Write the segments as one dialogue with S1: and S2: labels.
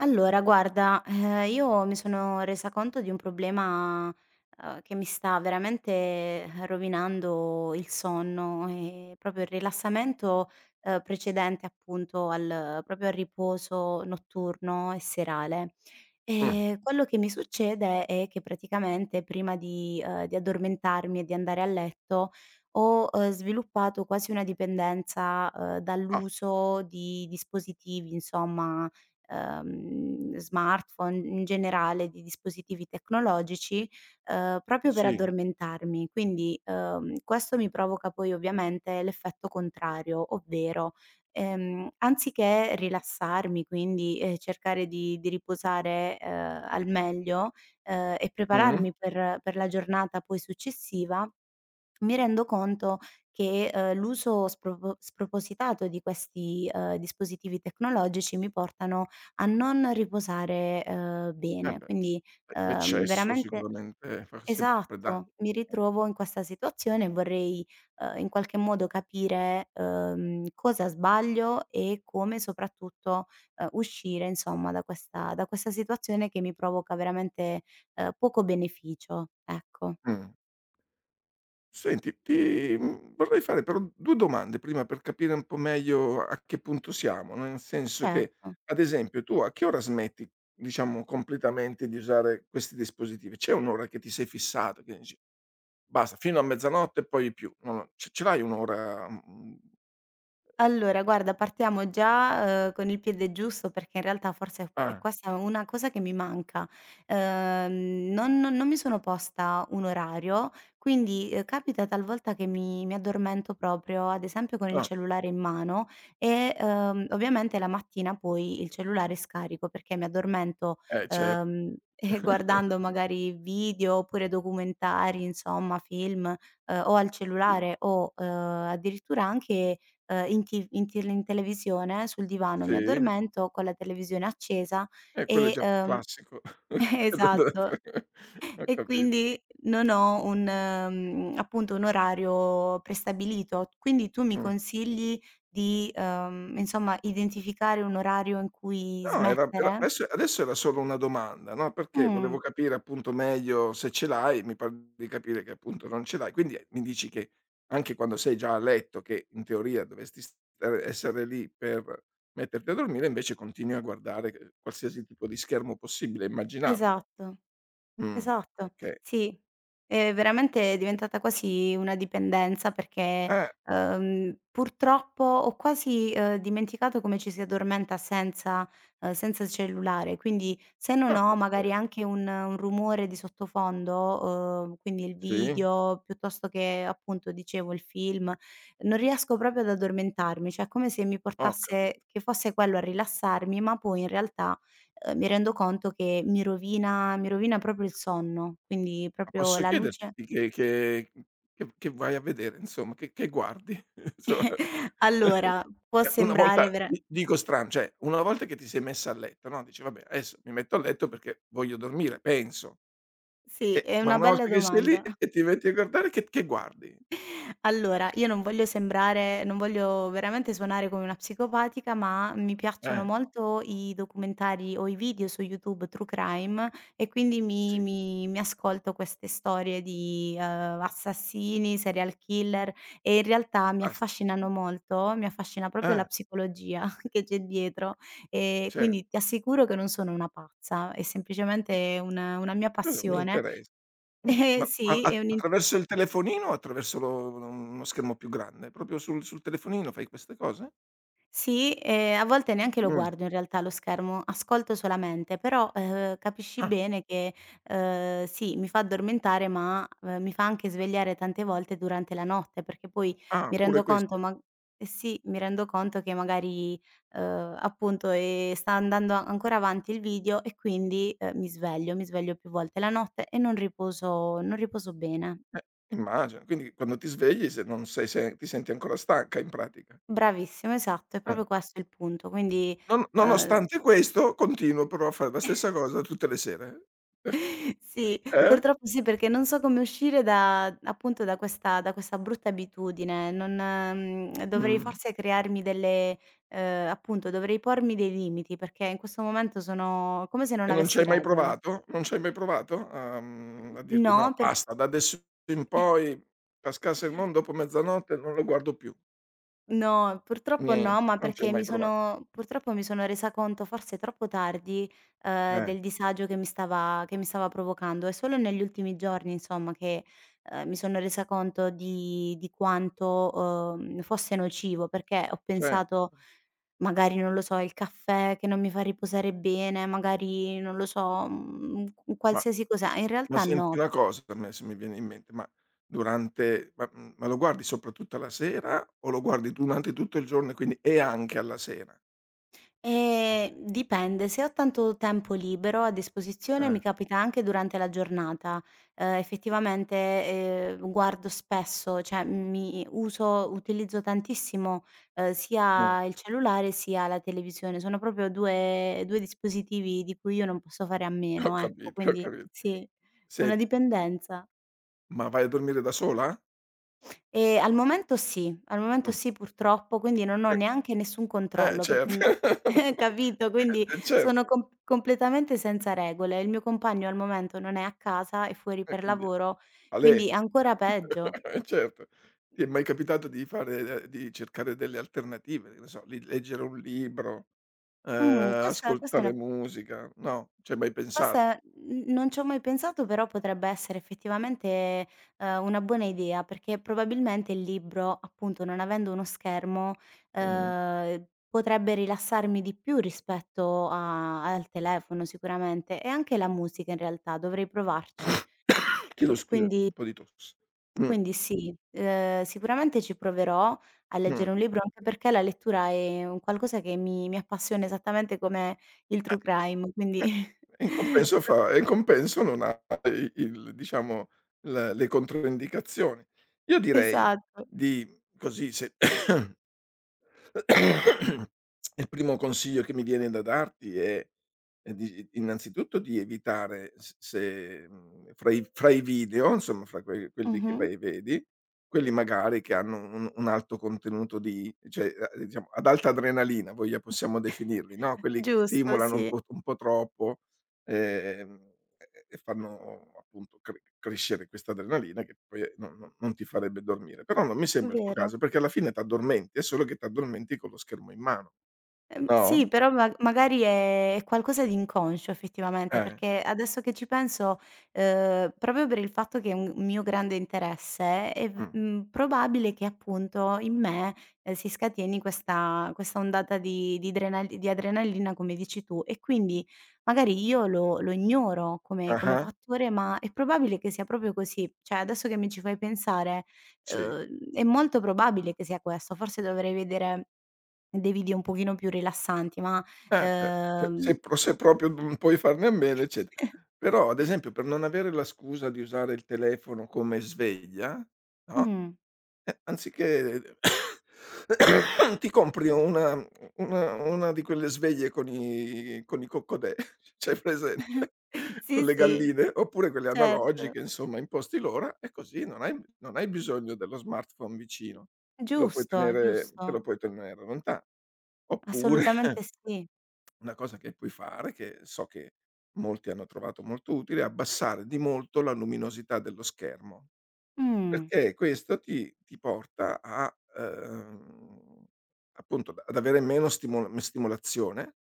S1: Allora guarda, io mi sono resa conto di un problema, che mi sta veramente rovinando il sonno e proprio il rilassamento, precedente appunto al riposo notturno e serale.
S2: Mh.
S1: Quello che mi succede è che praticamente prima di addormentarmi e di andare a letto ho, sviluppato quasi una dipendenza,
S2: Ah,
S1: dall'uso di dispositivi insomma smartphone, in generale di dispositivi tecnologici, proprio per
S2: sì.
S1: addormentarmi. Quindi, questo mi provoca poi ovviamente l'effetto contrario, ovvero, anziché rilassarmi, quindi, cercare di riposare, al meglio, e
S2: Mh.
S1: prepararmi per la giornata poi successiva mi rendo conto che, l'uso spropositato di questi, dispositivi tecnologici mi portano a non riposare,
S2: Eh
S1: bene.
S2: beh, sì.
S1: Quindi,
S2: Beh, l'eccesso
S1: veramente
S2: sicuramente fa sempre danni.
S1: esatto, mi
S2: Mh.
S1: ritrovo in questa situazione e vorrei, in qualche modo capire, cosa sbaglio e come soprattutto, uscire insomma da questa situazione che mi provoca veramente, poco beneficio, ecco.
S2: Mh. Senti, ti vorrei fare però 2 domande prima per capire un po' meglio a che punto siamo, no, nel senso che,
S1: Certo.
S2: ad esempio, tu a che ora smetti, diciamo, completamente di usare questi dispositivi? C'è un'ora che ti sei fissato, che dici: "Basta, fino a mezzanotte e poi più." Non lo Ce l'hai un'ora, mhmm?
S1: Allora guarda, partiamo già, con il piede giusto perché in realtà forse è
S2: Ah,
S1: questa una cosa che mi manca. Non mi sono posta un orario, quindi, capita talvolta che mi addormento proprio, ad esempio con il
S2: ah,
S1: cellulare in mano e, ovviamente la mattina poi il cellulare scarico perché mi addormento,
S2: cer.
S1: guardando magari video oppure documentari, insomma film, o al
S2: Sì,
S1: cellulare o, addirittura anche in tiv in til in televisione, sul divano mi
S2: sì.
S1: addormento con la televisione accesa
S2: Quello è
S1: e,
S2: già più classico. Quello da-
S1: esatto.
S2: ho
S1: E
S2: capito.
S1: quindi non ho un appunto un orario prestabilito. Quindi tu mi
S2: Mh.
S1: consigli di, insomma, identificare un orario in cui
S2: No, era
S1: smettere?
S2: adesso era solo una domanda, no, perché volevo
S1: Mh,
S2: capire appunto meglio se ce l'hai. Mi par di capire che appunto non ce l'hai. Quindi, mi dici che anche quando sei già a letto, che in teoria dovresti stare essere lì per metterti a dormire, invece continui a guardare, qualsiasi tipo di schermo possibile e immaginabile.
S1: esatto.
S2: Mh,
S1: Esatto,
S2: okay.
S1: sì. È diventata quasi una dipendenza perché,
S2: Eh,
S1: purtroppo ho quasi, dimenticato come ci si addormenta senza cellulare. Quindi se non ho
S2: porca
S1: magari
S2: miseria.
S1: anche un rumore di sottofondo, quindi il
S2: Sì,
S1: video piuttosto che appunto dicevo il film, non riesco proprio ad addormentarmi, cioè è come se mi
S2: ho capi.
S1: portasse che fosse quello a rilassarmi, ma poi in realtà mi rendo conto che mi rovina proprio il sonno, quindi
S2: Ma
S1: proprio
S2: posso
S1: la
S2: chiederti
S1: luce
S2: che che vai a vedere insomma, che guardi? Insomma
S1: allora, può
S2: cioè una volta
S1: sembrare vera
S2: di dico strano, cioè una volta che ti sei messa a letto, no, dici: "Vabbè adesso mi metto a letto perché voglio dormire", penso.
S1: sì, è
S2: Ma
S1: una
S2: una
S1: bella
S2: volta che sei lì
S1: domanda.
S2: e ti metti a guardare che guardi?
S1: Allora, io non voglio veramente suonare come una psicopatica, ma mi piacciono
S2: Eh,
S1: molto i documentari o i video su YouTube true crime e quindi mi
S2: sì,
S1: mi mi ascolto queste storie di, assassini, serial killer e in realtà mi
S2: basta.
S1: affascinano molto, mi affascina proprio la
S2: Eh,
S1: psicologia che c'è dietro. Ehm,
S2: cer
S1: quindi ti assicuro che non sono una pazza, è semplicemente una mia
S2: cosa mi
S1: passione.
S2: interessa.
S1: Eh
S2: Ma a
S1: sì, è
S2: a
S1: un
S2: attraverso il telefonino o attraverso lo uno schermo più grande? Proprio sul sul telefonino fai queste cose?
S1: sì, a volte neanche lo
S2: Mh.
S1: guardo in realtà lo schermo, ascolto solamente, però, capisci
S2: Ah,
S1: bene che, sì, mi fa addormentare, ma, mi fa anche svegliare tante volte durante la notte, perché poi
S2: ah
S1: mi
S2: pure
S1: rendo
S2: questo.
S1: conto ma eh sì, mi rendo conto che magari, appunto, sta andando ancora avanti il video e quindi, mi sveglio, più volte la notte e non riposo bene.
S2: Eh, immagino. Quindi quando ti svegli se non sei se ti senti ancora stanca in pratica.
S1: Bravissimo, esatto, è
S2: Eh.
S1: proprio questo il punto.
S2: Non
S1: Ehm
S2: nonostante questo continuo però a fare la stessa cosa tutte le sere?
S1: Sì,
S2: Eh?
S1: purtroppo sì, perché non so come uscire da appunto da questa brutta abitudine. Non dovrei
S2: Mh.
S1: forse crearmi delle appunto dovrei pormi dei limiti, perché in questo momento sono come se
S2: E
S1: non
S2: non ci
S1: avessi
S2: hai mai
S1: regole.
S2: provato? Non ci hai mai provato a a dirti: "No
S1: No, per
S2: basta, da adesso in poi cascasse il mondo dopo mezzanotte non lo guardo più."
S1: no, purtroppo no,
S2: Niente,
S1: ma
S2: non ci hai
S1: perché
S2: mai
S1: mi
S2: prova
S1: sono purtroppo mi sono resa conto forse troppo tardi,
S2: eh,
S1: del disagio che mi stava provocando. È solo negli ultimi giorni insomma che, mi sono resa conto di quanto, fosse nocivo, perché ho
S2: cer
S1: pensato magari, non lo so, il caffè che non mi fa riposare bene, magari, non lo so, un
S2: ma.
S1: qualsiasi cosa in
S2: Ma
S1: realtà
S2: senti
S1: no.
S2: una cosa, adesso mi viene in mente, ma lo guardi soprattutto alla sera o lo guardi durante tutto il giorno e anche alla sera?
S1: Dipende, se ho tanto tempo libero a disposizione
S2: Eh,
S1: mi capita anche durante la giornata. Effettivamente, guardo spesso, cioè mi uso utilizzo tantissimo,
S2: mh,
S1: sia il cellulare sia la televisione. Sono proprio 2 dispositivi di cui io non posso fare a
S2: ho
S1: meno, ecco,
S2: capito, ho
S1: quindi
S2: capito.
S1: sì, è una
S2: Senti,
S1: dipendenza.
S2: ma vai a dormire da sola?
S1: Al momento sì, al momento
S2: Mh,
S1: sì purtroppo, quindi non ho
S2: eh,
S1: neanche nessun
S2: eh
S1: controllo perché
S2: certo,
S1: mi capito? Quindi
S2: eh
S1: sono
S2: certo,
S1: completamente senza regole. Il mio compagno al momento non è a casa, è fuori
S2: e
S1: per
S2: quindi
S1: lavoro,
S2: a lei.
S1: quindi è ancora peggio.
S2: Certo. Ti è mai capitato di fare di cercare delle alternative, che ne so, li leggere un libro,
S1: Questa questa è
S2: ascoltare
S1: una
S2: musica? No, c'hai mai pensato?
S1: cosa n non ci ho mai pensato, però potrebbe essere effettivamente, una buona idea, perché probabilmente il libro, appunto, non avendo uno schermo,
S2: Mh-mh.
S1: potrebbe rilassarmi di più rispetto a al telefono sicuramente, e anche la musica in realtà, dovrei provarci.
S2: Chiedo
S1: Qui
S2: scusa,
S1: quindi
S2: un po' di tosse. Mh,
S1: quindi sì, sicuramente ci proverò a
S2: mh.
S1: leggere un libro, anche perché la lettura è un qualcosa che mi appassiona esattamente come il true crime,
S2: Eh,
S1: quindi
S2: e in compenso non ha i il diciamo l le controindicazioni. Io direi
S1: esatto.
S2: di così se Il primo consiglio che mi viene da darti è di innanzitutto di evitare s se, fra i video, insomma fra que quelli che
S1: Mh-mh.
S2: vai e vedi, quelli magari che hanno un alto contenuto di cioè, diciamo ad alta adrenalina, voglia possiamo definirli, no, quelli che
S1: Giusto,
S2: stimolano
S1: sì,
S2: un po' troppo. E fanno appunto cre crescere questa adrenalina che poi non non non ti farebbe dormire. Però non mi sembra il tuo caso,
S1: vero.
S2: perché alla fine t'addormenti, è solo che t'addormenti con lo schermo in mano. No?
S1: Sì, però ma magari è qualcosa di inconscio effettivamente,
S2: Eh.
S1: perché adesso che ci penso, proprio per il fatto che è un mio grande interesse, è
S2: Mh.
S1: probabile che appunto in me, si scateni questa ondata di adrenalina come dici tu, e quindi magari io lo ignoro come
S2: Ah-ah.
S1: fattore, ma è probabile che sia proprio così. Cioè adesso che mi ci fai pensare,
S2: Sì.
S1: è molto probabile che sia questo, forse dovrei vedere dei video un pochino più rilassanti, ma,
S2: Eh certo, se se
S1: ehm
S2: pro se proprio non puoi farne a meno, eccetera. Però ad esempio per non avere la scusa di usare il telefono come sveglia, no?
S1: mh.
S2: Anziché ti compri una una di quelle sveglie con i coccodè, c'hai presente? Con
S1: Sì,
S2: le
S1: sì,
S2: galline, oppure quelle
S1: certo.
S2: analogiche, insomma, imposti l'ora e così non hai non hai bisogno dello smartphone vicino. Te lo puoi
S1: Giusto,
S2: tenere
S1: giusto.
S2: te lo puoi tenere lontan. Oppure
S1: Assolutamente sì.
S2: una cosa che puoi fare, che so che molti hanno trovato molto utile, è abbassare di molto la luminosità dello schermo.
S1: Mh,
S2: Perché questo ti ti porta a ehm, appunto ad avere meno stimol stimolazione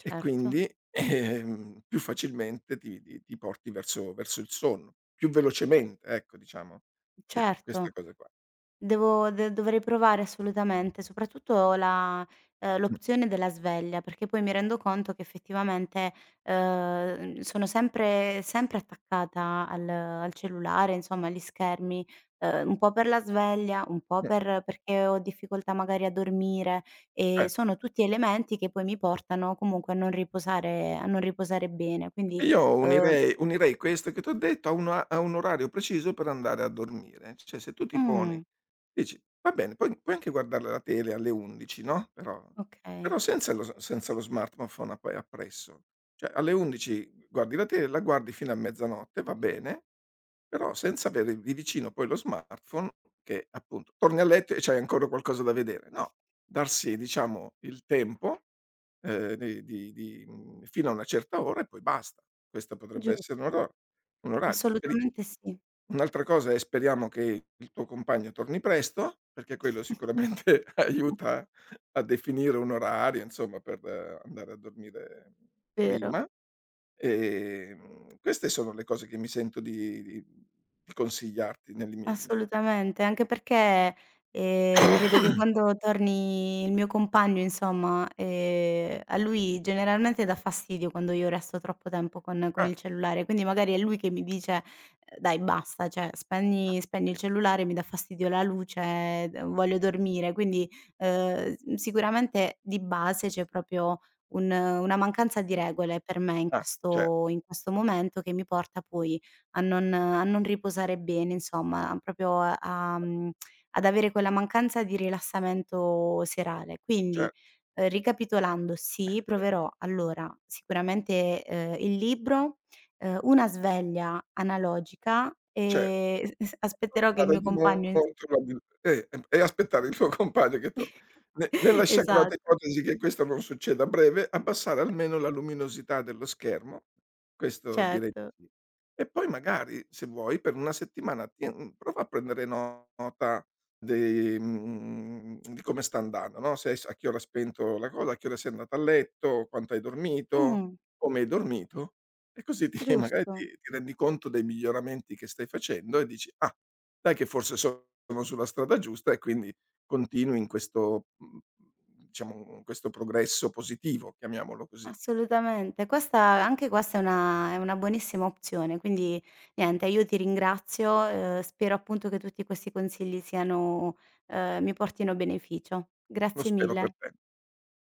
S2: e quindi, più facilmente ti ti ti porti verso verso il sonno, più
S1: ce
S2: velocemente, ecco, diciamo, più queste
S1: certo.
S2: cose qua.
S1: Devo de dovrei provare assolutamente, soprattutto la
S2: Mh,
S1: l'opzione della sveglia, perché poi mi rendo conto che effettivamente, sono sempre attaccata al cellulare, insomma agli schermi, un po' per la sveglia, un po'
S2: mh,
S1: perché ho difficoltà magari a dormire, e
S2: eh.
S1: sono tutti elementi che poi mi portano comunque a non riposare bene.
S2: E
S1: Quindi,
S2: io
S1: ehm
S2: unirei unirei questo che t'ho detto a una a un orario preciso per andare a dormire. Cioè, se tu ti poni
S1: mh,
S2: dici: "Va bene, puoi puoi anche guardare la tele alle 11, no, però però
S1: okay,
S2: senza lo s senza lo smartphone app appresso. Cioè, alle 11 guardi la tele, la guardi fino a mezzanotte, va bene, però senza avere di vicino poi lo smartphone che, appunto, torni a letto e c'hai ancora qualcosa da vedere. No, darsi diciamo il tempo di fino a una certa ora e poi basta. Questa potrebbe
S1: giu
S2: essere un ora un orario. Speri
S1: assolutamente sì.
S2: un'altra cosa è speriamo che il tuo compagno torni presto, perché quello sicuramente aiuta a definire un orario, insomma, per andare a dormire
S1: Vero,
S2: prima. Queste sono le cose che mi sento di consigliarti nell'immi
S1: assolutamente, anche perché, credo che quando torni il mio compagno insomma, a lui generalmente dà fastidio quando io resto troppo tempo con
S2: ah,
S1: il cellulare, quindi magari è lui che mi dice: Dai basta, cioè spegni il cellulare, mi dà fastidio la luce, d voglio dormire." Quindi, s sicuramente di base c'è proprio un una mancanza di regole per me in
S2: ah, cer
S1: questo in questo momento che mi porta poi a non riposare bene, insomma, proprio a ad avere quella mancanza di rilassamento serale. Quindi,
S2: cer
S1: ricapitolando, sì, proverò allora sicuramente, il libro, una sveglia analogica
S2: cer.
S1: e s aspetterò che il
S2: Passare
S1: mio
S2: di
S1: compagno
S2: molto
S1: ins
S2: probabil e aspettare il tuo compagno che torna. Ne nella sciagurata
S1: esatto,
S2: ipotesi che questo non succeda a breve, abbassare almeno la luminosità dello schermo, questo direi
S1: certo.
S2: di sì. E poi magari, se vuoi, per una settimana ti prova a prendere nota dei di come sta andando, no, se hai s a che ora hai spento la cosa, a che ora sei andato a letto, quanto hai dormito,
S1: Mh,
S2: come hai dormito e così ti magari ti
S1: giusto.
S2: ti rendi conto dei miglioramenti che stai facendo e dici: "Ah". Dai che forse so-, sono sulla strada giusta e quindi continui in questo, mhmm, diciamo, in questo progresso positivo, chiamiamolo così.
S1: Assolutamente. Questa anche questa è una buonissima opzione, quindi niente io ti ringrazio, spero appunto che tutti questi consigli siano mi portino beneficio.
S2: Lo
S1: Grazie
S2: spero per
S1: mille.
S2: te.